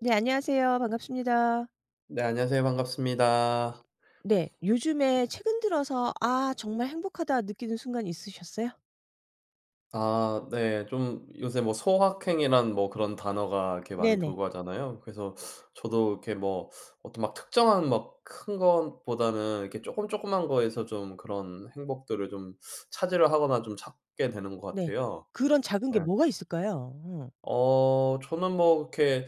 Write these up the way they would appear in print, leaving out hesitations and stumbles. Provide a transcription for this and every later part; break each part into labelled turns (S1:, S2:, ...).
S1: 네, 안녕하세요. 반갑습니다.
S2: 네 안녕하세요. 반갑습니다.
S1: 네. 요즘에 최근 들어서 '아 정말 행복하다.' 느끼는 순간이 있으셨어요?
S2: 아 네 좀 요새 뭐 소확행이란 뭐 그런 단어가 이렇게 많이
S1: 네네.
S2: 돌고 하잖아요. 그래서 저도 이렇게 뭐 어떤 막 특정한 막 큰 것보다는 이렇게 조금 조그만 거에서 좀 그런 행복들을 좀 차지를 하거나 좀 찾게 되는 것
S1: 네.
S2: 같아요.
S1: 그런 작은 게
S2: 예.
S1: 뭐가 있을까요?
S2: 어 저는 뭐 이렇게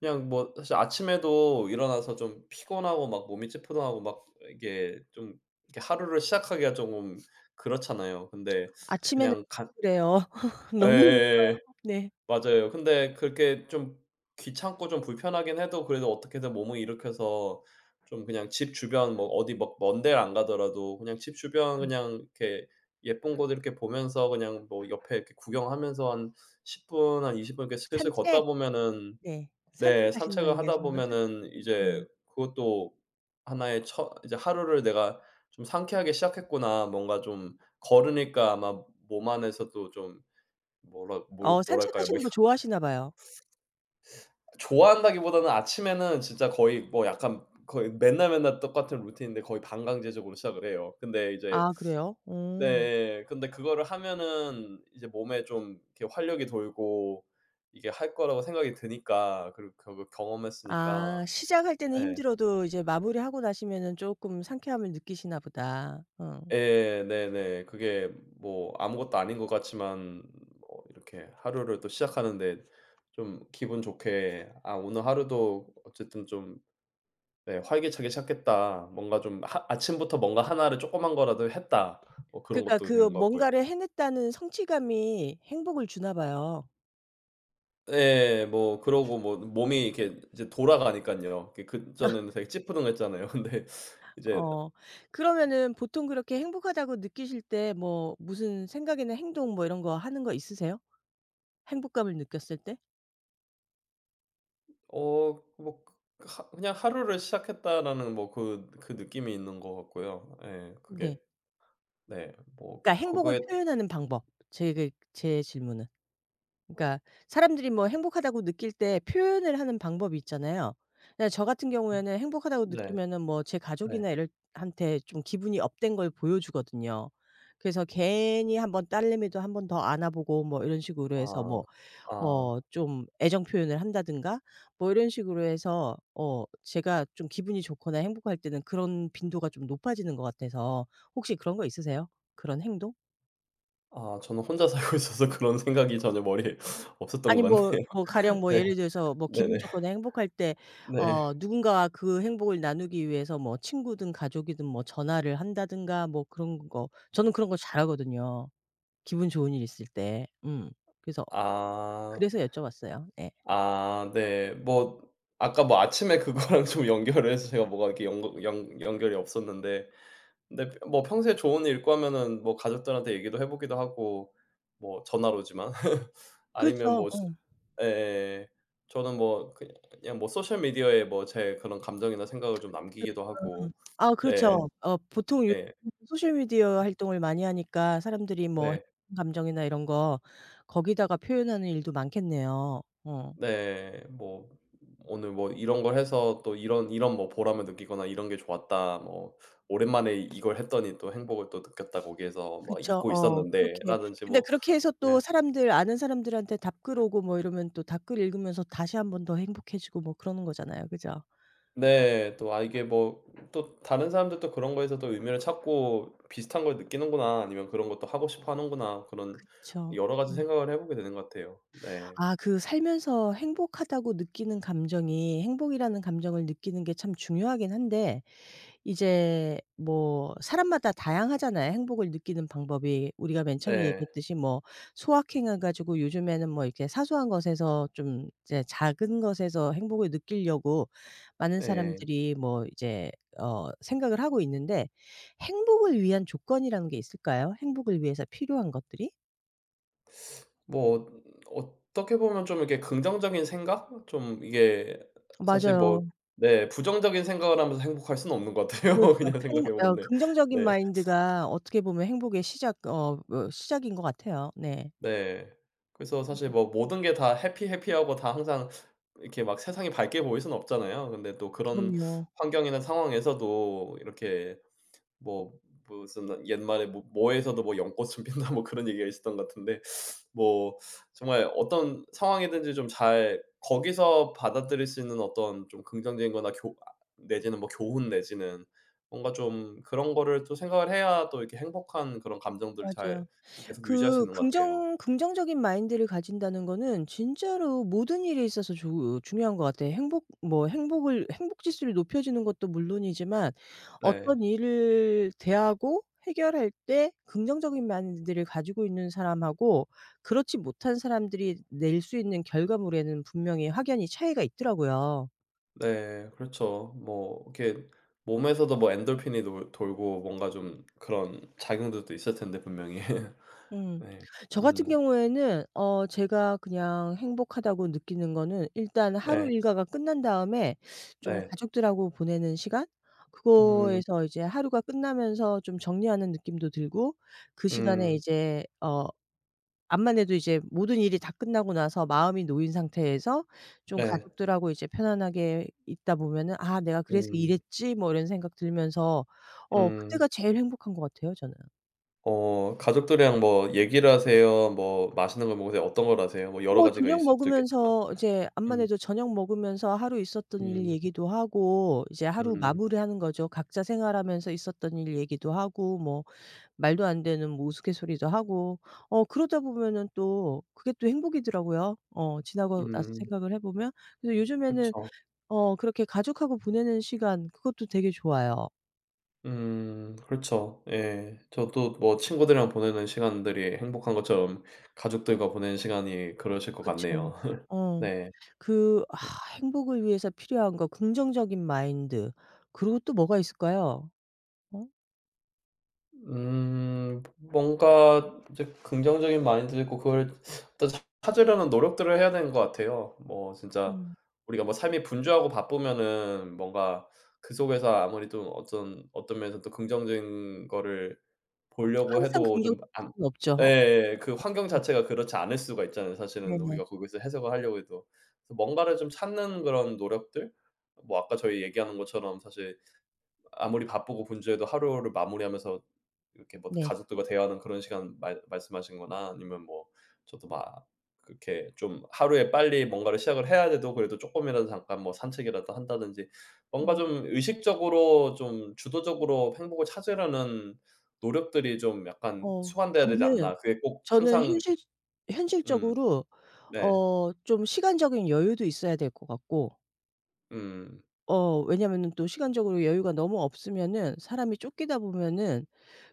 S2: 그냥 뭐 사실 아침에도 일어나서 좀 피곤하고 막 몸이 찌뿌둥하고 막 이게 좀 이렇게 하루를 시작하기가 조금 그렇잖아요. 근데
S1: 아침에는
S2: 그냥 간
S1: 항상 그래요.
S2: 예예
S1: 너무
S2: 예.
S1: 네.
S2: 맞아요. 근데 그렇게 좀 귀찮고 좀 불편하긴 해도 그래도 어떻게든 몸을 일으켜서 좀 그냥 집 주변 뭐 어디 막 먼 데를 안 가더라도 그냥 집 주변
S1: 음.
S2: 그냥 이렇게 예쁜 곳 이렇게 보면서 그냥 뭐 옆에 이렇게 구경하면서 한 10 분, 한 20 분 이렇게 슬슬 걷다
S1: 산책?
S2: 보면은
S1: 네.
S2: 네
S1: 산책하시는 거
S2: 산책을 하다
S1: 얘기하시는 거죠?
S2: 보면은
S1: 음.
S2: 이제 그것도 하나의 처 이제 '하루를 내가 좀 상쾌하게 시작했구나.' 뭔가 좀 걸으니까 아마 몸 안에서도 좀 뭐라 뭘 뭐랄까요? 뭐
S1: 산책하시는
S2: 혀
S1: 거 좋아하시나 봐요.
S2: 좋아한다기보다는 아침에는 진짜 거의 뭐 약간 거의 맨날 맨날 똑같은 루틴인데 거의 반강제적으로 시작을 해요. 근데 이제
S1: 아 그래요? 어.
S2: 네. 근데 그거를 하면은 이제 몸에 좀 이렇게 활력이 돌고 이게 할 거라고 생각이 드니까 그리고 그걸 경험했으니까
S1: 아 시작할 때는
S2: 예.
S1: 힘들어도 이제 마무리하고 나시면은 쪼끔 상쾌함을 느끼시나 보다. 어.
S2: 예 네네. 그게 뭐 아무것도 아닌 것 같지만 뭐 이렇게 하루를 또 시작하는 데 좀 기분 좋게 '아 오늘 하루도 어쨌든 좀 네. 활기차게 시작했다.' 뭔가 좀 하 '아침부터 뭔가 하나를 조그만 거라도 했다.' 뭐 그런
S1: 그러니까
S2: 것도
S1: 그
S2: 되는 것 같고요.
S1: 뭔가를 해냈다는 성취감이 행복을 주나 봐요.
S2: 예. 뭐 그러고 뭐 몸이 이렇게 이제 돌아가니까요 그전에는 되게 찌뿌둥했잖아요. 근데 이제
S1: 어. 그러면은 보통 그렇게 행복하다고 느끼실 때 뭐 무슨 생각이나 행동 뭐 이런 거 하는 거 있으세요? 행복감을 느꼈을 때?
S2: 어 뭐 그냥 '하루를 시작했다.'라는 뭐 그 느낌이 있는 것 같고요. 예. 그게
S1: 네.
S2: 네. 뭐
S1: 그러니까 행복을
S2: 그거에
S1: 표현하는 방법. 제 그 제 질문은. 그러니까 사람들이 뭐 행복하다고 느낄 때 표현을 하는 방법이 있잖아요. 그냥 저 같은 경우에는 행복하다고
S2: 네.
S1: 느끼면은 뭐 제
S2: 네.
S1: 가족이나 이럴 한테 좀 기분이 업된 걸 보여주거든요. 그래서 괜히 한번 딸내미도 한번 더 안아보고 뭐 이런 식으로 해서
S2: 아.
S1: 뭐
S2: 아.
S1: 좀 애정 표현을 한다든가 뭐 이런 식으로 해서 제가 좀 기분이 좋거나 행복할 때는 그런 빈도가 좀 높아지는 것 같아서 혹시 그런 거 있으세요? 그런 행동?
S2: 아 저는 혼자 살고 있어서 그런 생각이 전혀 머리에 없었던 것
S1: 아니 뭐
S2: 같네요.
S1: 뭐 가령 뭐
S2: 네.
S1: 예를 들어서 뭐
S2: 네네.
S1: 기분 좋거나 행복할 때
S2: 네.
S1: 누군가와 그 행복을 나누기 위해서 뭐 친구든 가족이든 뭐 전화를 한다든가 뭐 그런 거 저는 그런 거 잘하거든요, 기분 좋은 일 있을 때. 음. 그래서
S2: 아.
S1: 그래서 여쭤봤어요. 예.
S2: 아 네. 뭐 아까 뭐 아침에 그거랑 좀 연결을 해서 제가 뭐가 이렇게 연거 연 연결이 없었는데 근데 뭐 평소에 좋은 일 있고 하면은 뭐 가족들한테 얘기도 해 보기도 하고 뭐 전화로지만 아니면
S1: 그렇죠.
S2: 뭐 시
S1: 어.
S2: 예예. 저는 뭐 그냥 그냥 뭐 소셜 미디어에 뭐 제 그런 감정이나 생각을 좀 남기기도
S1: 음음.
S2: 하고
S1: 아
S2: 네.
S1: 그렇죠. 보통 요
S2: 네.
S1: 소셜 미디어 활동을 많이 하니까 사람들이 뭐
S2: 네.
S1: 감정이나 이런 거 거기다가 표현하는 일도 많겠네요. 어.
S2: 네. 뭐 오늘 뭐 이런 걸 해서 또 이런 이런 뭐 보람을 느끼거나 '이런 게 좋았다.' 뭐 '오랜만에 이걸 했더니 또 행복을 또 느꼈다. 거기에서 막
S1: 그쵸.
S2: 잊고
S1: 어
S2: 있었는데.'
S1: 그렇게
S2: 라든지
S1: 근데
S2: 뭐
S1: 그렇게 해서
S2: 네.
S1: 또 사람들 아는 사람들한테 답글 오고 뭐 이러면 또 답글 읽으면서 다시 한번 더 행복해지고 뭐 그러는 거잖아요. 그죠?
S2: 네. 또 '아 이게 뭐 또 다른 사람들도 그런 거에서 또 의미를 찾고 비슷한 걸 느끼는구나.' 아니면 '그런 것도 하고 싶어 하는구나.' 그런
S1: 그쵸.
S2: 여러 가지
S1: 음.
S2: 생각을 해 보게 되는 것 같아요. 네.
S1: 아 그 살면서 행복하다고 느끼는 감정이 행복이라는 감정을 느끼는 게 참 중요하긴 한데 이제 뭐 사람마다 다양하잖아요 행복을 느끼는 방법이. 우리가 맨 처음에
S2: 네.
S1: 얘기했듯이 뭐 소확행을 가지고 요즘에는 뭐 이렇게 사소한 것에서 좀 이제 작은 것에서 행복을 느끼려고 많은
S2: 예.
S1: 사람들이 뭐 이제 생각을 하고 있는데 행복을 위한 조건이라는 게 있을까요? 행복을 위해서 필요한 것들이?
S2: 뭐 어떻게 보면 좀 이렇게 긍정적인 생각? 좀 이게 사실 뭐
S1: 맞아요.
S2: 네 부정적인 생각을 하면서 행복할 수는 없는 것 같아요.
S1: 그렇죠.
S2: 그냥
S1: 행
S2: 생각해 보건
S1: 어
S2: 네.
S1: 긍정적인
S2: 네.
S1: 마인드가 어떻게 보면 행복의 시작 어 어 시작인 것 같아요. 네.
S2: 네. 그래서 사실 뭐 모든 게 다 해피 해피하고 다 항상 이렇게 막 세상이 밝게 보일 수는 없잖아요. 근데 또 그런
S1: 그럼요.
S2: 환경이나 상황에서도 이렇게 뭐 무슨 옛말에 뭐 "뭐에서도 뭐 연꽃은 핀다." 뭐 그런 얘기가 있었던 것 같은데 뭐 정말 어떤 상황이든지 좀 잘 거기서 받아들일 수 있는 어떤 좀 긍정적인 거나 교 아 내지는 뭐 교훈 내지는 뭔가 좀 그런 거를 또 생각을 해야 또 이렇게 행복한 그런 감정들을 잘
S1: 맞아요.
S2: 계속 유지할 수 있는 것 같아요.
S1: 긍정적인 마인드를 가진다는 거는 진짜로 모든 일에 있어서 조 중요한 것 같아요. 행복 뭐 행복을 행복 지수를 높여주는 것도 물론이지만
S2: 네.
S1: 어떤 일을 대하고 해결할 때 긍정적인 마인드를 가지고 있는 사람하고 그렇지 못한 사람들이 낼 수 있는 결과물에는 분명히 확연히 차이가 있더라고요.
S2: 네. 그렇죠. 뭐 이렇게 몸에서도 뭐 엔돌핀이 돌 돌고 뭔가 좀 그런 작용들도 있을 텐데 분명히.
S1: 음.
S2: 네.
S1: 저 같은
S2: 음.
S1: 경우에는 제가 그냥 행복하다고 느끼는 거는 일단
S2: 네.
S1: 하루 일과가 끝난 다음에 좀
S2: 네.
S1: 가족들하고 보내는 시간?
S2: 음.
S1: 그거에서 이제 하루가 끝나면서 좀 정리하는 느낌도 들고 그 시간에
S2: 음.
S1: 이제 어 암만 해도 이제 모든 일이 다 끝나고 나서 마음이 놓인 상태에서 좀
S2: 네.
S1: 가족들하고 이제 편안하게 있다 보면은 '아 내가 그래서
S2: 음.
S1: 이랬지.' 뭐 이런 생각 들면서
S2: 음.
S1: 그때가 제일 행복한 것 같아요 저는.
S2: 어 가족들이랑 뭐 얘기를 하세요? 뭐 맛있는 걸 먹으세요? 어떤 걸 하세요? 뭐 여러
S1: 뭐
S2: 가지가 있을
S1: 저녁
S2: 수도 있겠지만.
S1: 먹으면서 이제 암만
S2: 음.
S1: 해도 저녁 먹으면서 하루 있었던 일
S2: 음.
S1: 얘기도 하고 이제 하루
S2: 음.
S1: 마무리하는 거죠. 각자 생활하면서 있었던 일 얘기도 하고 뭐 말도 안 되는 뭐 우스갯소리도 하고 그러다 보면은 또 그게 또 행복이더라고요. 지나고 나서
S2: 음.
S1: 생각을 해 보면. 그래서 요즘에는
S2: 그쵸.
S1: 그렇게 가족하고 보내는 시간 그것도 되게 좋아요.
S2: 음. 그렇죠. 예. 저도 뭐 친구들이랑 보내는 시간들이 행복한 것처럼 가족들과 보내는 시간이 그러실 것
S1: 그쵸.
S2: 같네요.
S1: 어.
S2: 네.
S1: 그 아 행복을 위해서 필요한 거 긍정적인 마인드 그리고 또 뭐가 있을까요? 어?
S2: 뭔가 이제 긍정적인 마인드 있고 그걸 일단 찾으려는 노력들을 해야 되는 것 같아요. 뭐 진짜
S1: 음.
S2: 우리가 뭐 삶이 분주하고 바쁘면은 뭔가 그 속에서 아무리 좀 어떤 면에서 또 긍정적인 거를 보려고
S1: 항상
S2: 해도
S1: 긍정적일
S2: 좀 안
S1: 수는 없죠. 어,
S2: 예예. 그 환경
S1: 음
S2: 자체가 그렇지 않을 수가 있잖아요 사실은
S1: 네네.
S2: 우리가 거기서 해석을 하려고 해도. 그래서 뭔가를 좀 찾는 그런 노력들? 뭐 아까 저희 얘기하는 것처럼 사실 아무리 바쁘고 분주해도 하루를 마무리하면서 이렇게 뭐
S1: 네.
S2: 가족들과 대화하는 그런 시간 말 말씀하신 거나 아니면 뭐 저도 막 그렇게 좀 하루에 빨리 뭔가를 시작을 해야 돼도 그래도 쪼끔이라도 잠깐 뭐 산책이라도 한다든지 뭔가
S1: 음
S2: 좀 의식적으로 좀 주도적으로 행복을 찾으려는 노력들이 좀 약간
S1: 어
S2: 수반돼야 되지
S1: 저는
S2: 않나. 그게 꼭 항상
S1: 현실
S2: 음
S1: 현실적으로
S2: 네.
S1: 좀 시간적인 여유도 있어야 될 것 같고
S2: 음.
S1: 왜냐면은 또 시간적으로 여유가 너무 없으면은 사람이 쫓기다 보면은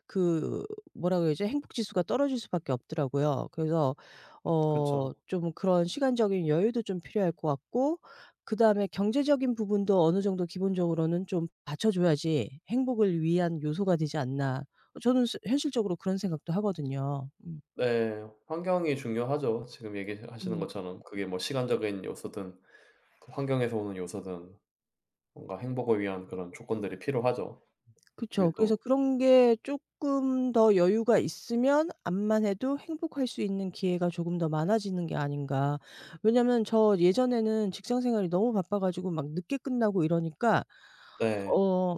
S1: 그 뭐라 그러죠? 행복 지수가 떨어질 수밖에 없더라고요. 그래서
S2: 그쵸.
S1: 좀 그런 시간적인 여유도 좀 필요할 것 같고 그다음에 경제적인 부분도 어느 정도 기본적으로는 좀 받쳐 줘야지 행복을 위한 요소가 되지 않나. 저는 스 현실적으로 그런 생각도 하거든요. 음.
S2: 네. 환경이 중요하죠. 지금 얘기하시는
S1: 음.
S2: 것처럼 그게 뭐 시간적인 요소든 그 환경에서 오는 요소든 뭔가 행복을 위한 그런 조건들이 필요하죠.
S1: 그쵸.
S2: 그게
S1: 그래서
S2: 또
S1: 그런 게 쪼끔 더 여유가 있으면 암만 해도 행복할 수 있는 기회가 조금 더 많아지는 게 아닌가. 왜냐면 저 예전에는 직장 생활이 너무 바빠 가지고 막 늦게 끝나고 이러니까
S2: 네.
S1: 어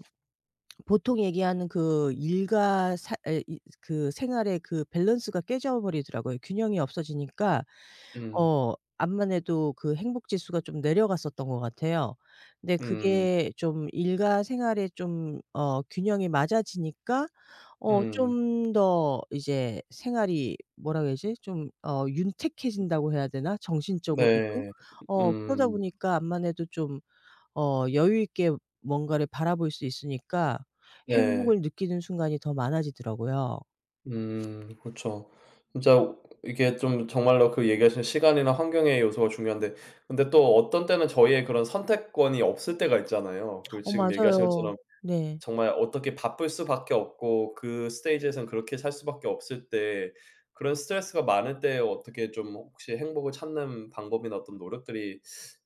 S1: 보통 얘기하는 그 일과 사 에 이 그 생활의 그 밸런스가 깨져 버리더라고요. 균형이 없어지니까
S2: 음.
S1: 암만 해도 그 행복 지수가 좀 내려갔었던 것 같아요. 근데
S2: 음.
S1: 그게 좀 일과 생활에 좀 어 균형이 맞아지니까
S2: 음.
S1: 좀 더 이제 생활이 뭐라 그해야지 좀 윤택해진다고 해야 되나? 정신적으로도.
S2: 네.
S1: 그러다
S2: 음.
S1: 보니까 암만 해도 좀 여유 있게 뭔가를 바라볼 수 있으니까 행복을
S2: 네.
S1: 느끼는 순간이 더 많아지더라고요.
S2: 음. 그쵸. 진짜 이게 좀 정말로 그 얘기하신 시간이나 환경의 요소가 중요한데 근데 또 어떤 때는 저희의 그런 선택권이 없을 때가 있잖아요. 그
S1: 어
S2: 지금 얘기하신
S1: 맞아요.
S2: 것처럼
S1: 네.
S2: 정말 어떻게 바쁠 수밖에 없고 그 스테이지에선 그렇게 살 수밖에 없을 때 그런 스트레스가 많을 때 어떻게 좀 혹시 행복을 찾는 방법이나 어떤 노력들이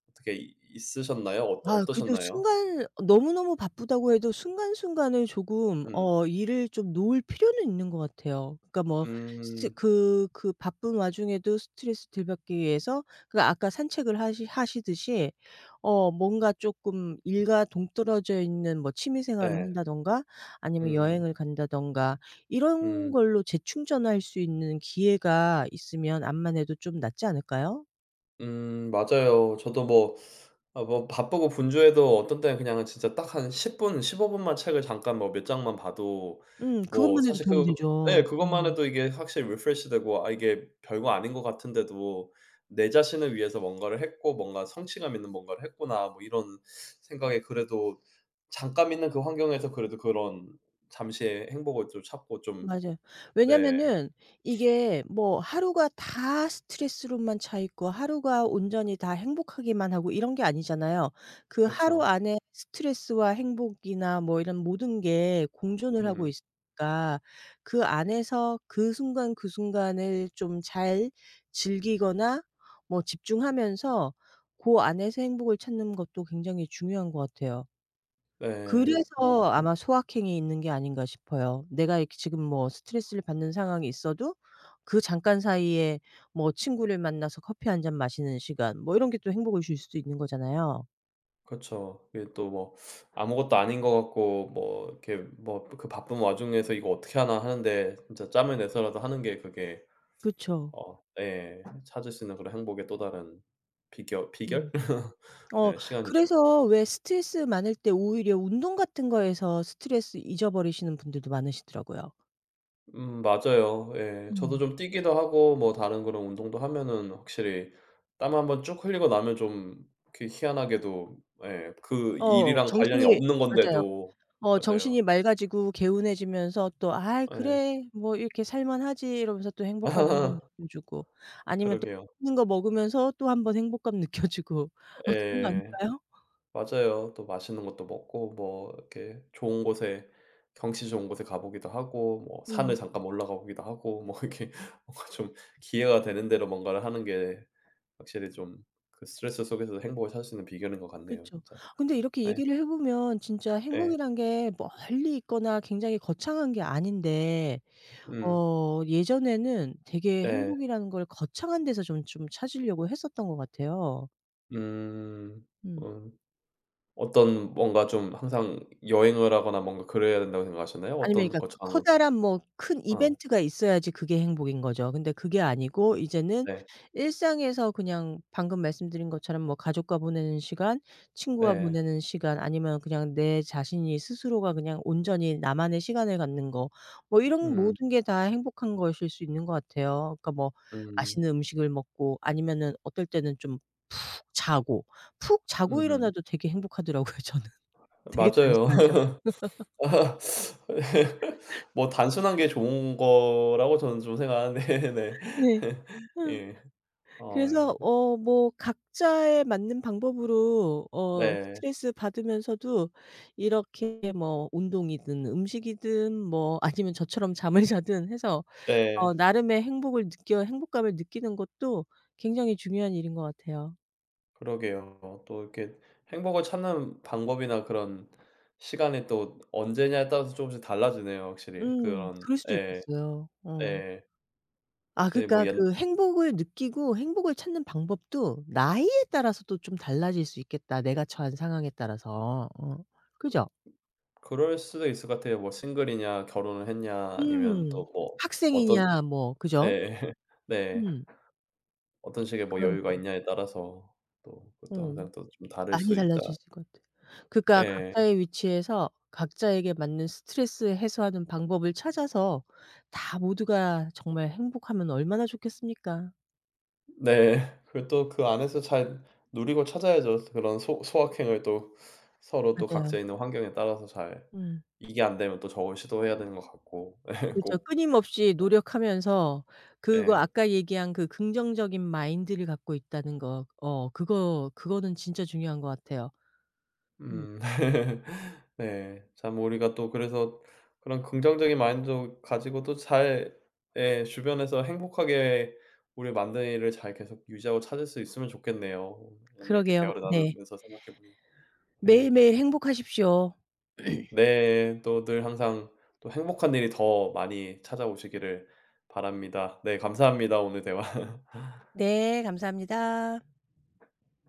S2: 어떻게 이 있으셨나요?
S1: 아 그래도
S2: 어떠셨나요?
S1: 순간 너무너무 바쁘다고 해도 순간순간을 조금
S2: 음.
S1: 어 일을 좀 놓을 필요는 있는 것 같아요. 그러니까 뭐 스트
S2: 음.
S1: 그 그 바쁜 와중에도 스트레스 덜 받기 위해서 그 아까 산책을 하시 하시듯이 뭔가 쪼끔 일과 동떨어져 있는 뭐 취미 생활을
S2: 네.
S1: 한다든가 아니면
S2: 음.
S1: 여행을 간다든가 이런
S2: 음.
S1: 걸로 재충전할 수 있는 기회가 있으면 암만 해도 좀 낫지 않을까요?
S2: 맞아요. 저도 뭐 아 뭐 바쁘고 분주해도 어떤 때는 그냥 진짜 딱 한 10 분 15 분만 책을 잠깐 뭐 몇 장만 봐도 뭐
S1: 그것만 해도
S2: 사실
S1: 도움
S2: 그
S1: 되죠.
S2: 예
S1: 어.
S2: 그것만 해도 이게 확실히 리프레시 되고 아 이게 별거 아닌 것 같은데도 내 자신을 위해서 뭔가를 했고 뭔가 '성취감 있는 뭔가를 했구나.' 뭐 이런 생각에 그래도 잠깐 있는 그 환경에서 그래도 그런 잠시의 행복을 좀 찾고 좀
S1: 맞아요.
S2: 네.
S1: 왜냐면은 이게 뭐 하루가 다 스트레스로만 차 있고 하루가 온전히 다 행복하기만 하고 이런 게 아니잖아요. 그 하루
S2: 그렇죠.
S1: 안에 스트레스와 행복이나 뭐 이런 모든 게 공존을 하고
S2: 음.
S1: 있으니까 그 안에서 그 순간 그 순간을 좀 잘 즐기거나 뭐 집중하면서 고 안에서 행복을 찾는 것도 굉장히 중요한 것 같아요.
S2: 네.
S1: 그래서 아마 소확행이 있는 게 아닌가 싶어요. 내가 이렇게 지금 뭐 스트레스를 받는 상황이 있어도 그 잠깐 사이에 뭐 친구를 만나서 커피 한 잔 마시는 시간 뭐 이런 게 또 행복을 줄 수도 있는 거잖아요.
S2: 그죠 이게 또 뭐 아무것도 아닌 것 같고 뭐 이렇게 뭐 그 바쁜 와중에서 '이거 어떻게 하나.' 하는데 진짜 짬을 내서라도 하는 게 그게
S1: 그쵸.
S2: 어 예 찾을 수 있는 그런 행복의 또 다른 비결?
S1: 음. 어
S2: 예 시간이죠.
S1: 그래서 왜 스트레스 많을 때 오히려 운동 같은 거에서 스트레스 잊어버리시는 분들도 많으시더라고요.
S2: 맞아요. 예. 저도
S1: 음.
S2: 좀 뛰기도 하고 뭐 다른 그런 운동도 하면은 확실히 땀 한번 쭉 흘리고 나면 좀 이렇게 희한하게도 예 그
S1: 어
S2: 일이랑 관련이
S1: 정신이
S2: 없는
S1: 맞아요.
S2: 건데도 맞아요.
S1: 정신이 맑아지고 개운해지면서 또 '아이
S2: 예.
S1: 그래. 뭐 이렇게 살만하지.' 이러면서 또 행복감 한번 느껴주고 아니면 또
S2: 그러게요.
S1: 맛있는 거 먹으면서 또 한번 행복감 느껴주고 아 그런 거
S2: 예.
S1: 아닐까요?
S2: 맞아요. 또 맛있는 것도 먹고 뭐 이렇게 좋은 곳에 경치 좋은 곳에 가 보기도 하고 뭐
S1: 음
S2: 산을 잠깐 올라가 보기도 하고 뭐 이렇게 뭔가 좀 기회가 되는 대로 뭔가를 하는 게 확실히 좀 그 스트레스 속에서도 행복을 찾을 수 있는 비결인 것 같네요
S1: 그쵸.
S2: 진짜.
S1: 근데 이렇게
S2: 네.
S1: 얘기를 해 보면 진짜
S2: 네
S1: 행복이란 게 멀리 있거나 굉장히 거창한 게 아닌데
S2: 음.
S1: 예전에는 되게
S2: 네,
S1: 행복이라는 걸 거창한 데서 좀 찾으려고 했었던 것 같아요.
S2: 음.
S1: 음.
S2: 음. 어떤 뭔가 좀 항상 여행을 하거나 뭔가 그래야 된다고 생각하셨나요?
S1: 아니면
S2: 어떤
S1: 그러니까
S2: 거창한 것
S1: 커다란 뭐 큰
S2: 아,
S1: 이벤트가 있어야지 그게 행복인 거죠. 근데 그게 아니고 이제는
S2: 네.
S1: 일상에서 그냥 방금 말씀드린 것처럼 뭐 가족과 보내는 시간, 친구와
S2: 네.
S1: 보내는 시간 아니면 그냥 내 자신이 스스로가 그냥 온전히 나만의 시간을 갖는 거 뭐 이런
S2: 음.
S1: 모든 게 다 행복한 것일 수 있는 것 같아요. 그러니까 뭐
S2: 음.
S1: 맛있는 음식을 먹고 아니면은 어떨 때는 좀 푹 자고 푹 자고
S2: 음.
S1: 일어나도 되게 행복하더라고요 저는. 되게
S2: 맞아요.
S1: 단순하죠.
S2: 아 뭐 단순한 게 좋은 거라고 저는 좀 생각하는데
S1: 네. 어.
S2: 네. 예. 어
S1: 그래서 뭐 각자에 맞는 방법으로
S2: 네.
S1: 스트레스 받으면서도 이렇게 뭐 운동이든 음식이든 뭐 아니면 저처럼 잠을 자든 해서
S2: 네.
S1: 나름의 행복을 느껴 행복감을 느끼는 것도 굉장히 중요한 일인 것 같아요.
S2: 그러게요. 또 이렇게 행복을 찾는 방법이나 그런 시간이 또 언제냐에 따라서 조금씩 달라지네요 확실히. 그런
S1: 그럴 수도
S2: 예.
S1: 있겠어요. 어.
S2: 예.
S1: 아
S2: 이제 뭐
S1: 그러니까
S2: 옛
S1: 그 행복을 느끼고 행복을 찾는 방법도 나이에 따라서도 좀 달라질 수 있겠다, 내가 처한 상황에 따라서. 어. 그죠?
S2: 그럴 수도 있을 것 같아요. 뭐 싱글이냐 결혼을 했냐 아니면
S1: 음.
S2: 또 뭐 어떤
S1: 학생이냐 뭐 그죠?
S2: 예. 네.
S1: 음.
S2: 어떤 식의 뭐 여유가
S1: 그러니깐요.
S2: 있냐에 따라서 또 그것도 항상
S1: 음.
S2: 또 좀 다를
S1: 많이
S2: 수 있다.
S1: 달라지실 것 같아요. 그러니까
S2: 예.
S1: 각자의 위치에서 각자에게 맞는 스트레스 해소하는 방법을 찾아서 다 모두가 정말 행복하면 얼마나 좋겠습니까.
S2: 네. 그리고 또 그 안에서 잘 누리고 찾아야죠. 그런 소 소확행을 또 서로 또
S1: 맞아요.
S2: 각자 있는 환경에 따라서 잘
S1: 음.
S2: 이게 안 되면 또 저걸 시도해야 되는 것 같고 예
S1: 그렇죠.
S2: 꼭
S1: 끊임없이 노력하면서 그거
S2: 예.
S1: 아까 얘기한 그 긍정적인 마인드를 갖고 있다는 거 그거는 진짜 중요한 것 같아요. 음.
S2: 음. 네. 참 우리가 또 그래서 그런 긍정적인 마인드 가지고 또 잘 예 주변에서 행복하게 우리 만드는 일을 잘 계속 유지하고 찾을 수 있으면 좋겠네요. 오늘 이렇게
S1: 그러게요.
S2: 대화를
S1: 네.
S2: 나누면서 생각해 보니. 네.
S1: 매일매일 행복하십시오.
S2: 네. 또 늘 항상 또 행복한 일이 더 많이 찾아오시기를 바랍니다. 네 감사합니다. 오늘 대화.
S1: 네. 감사합니다.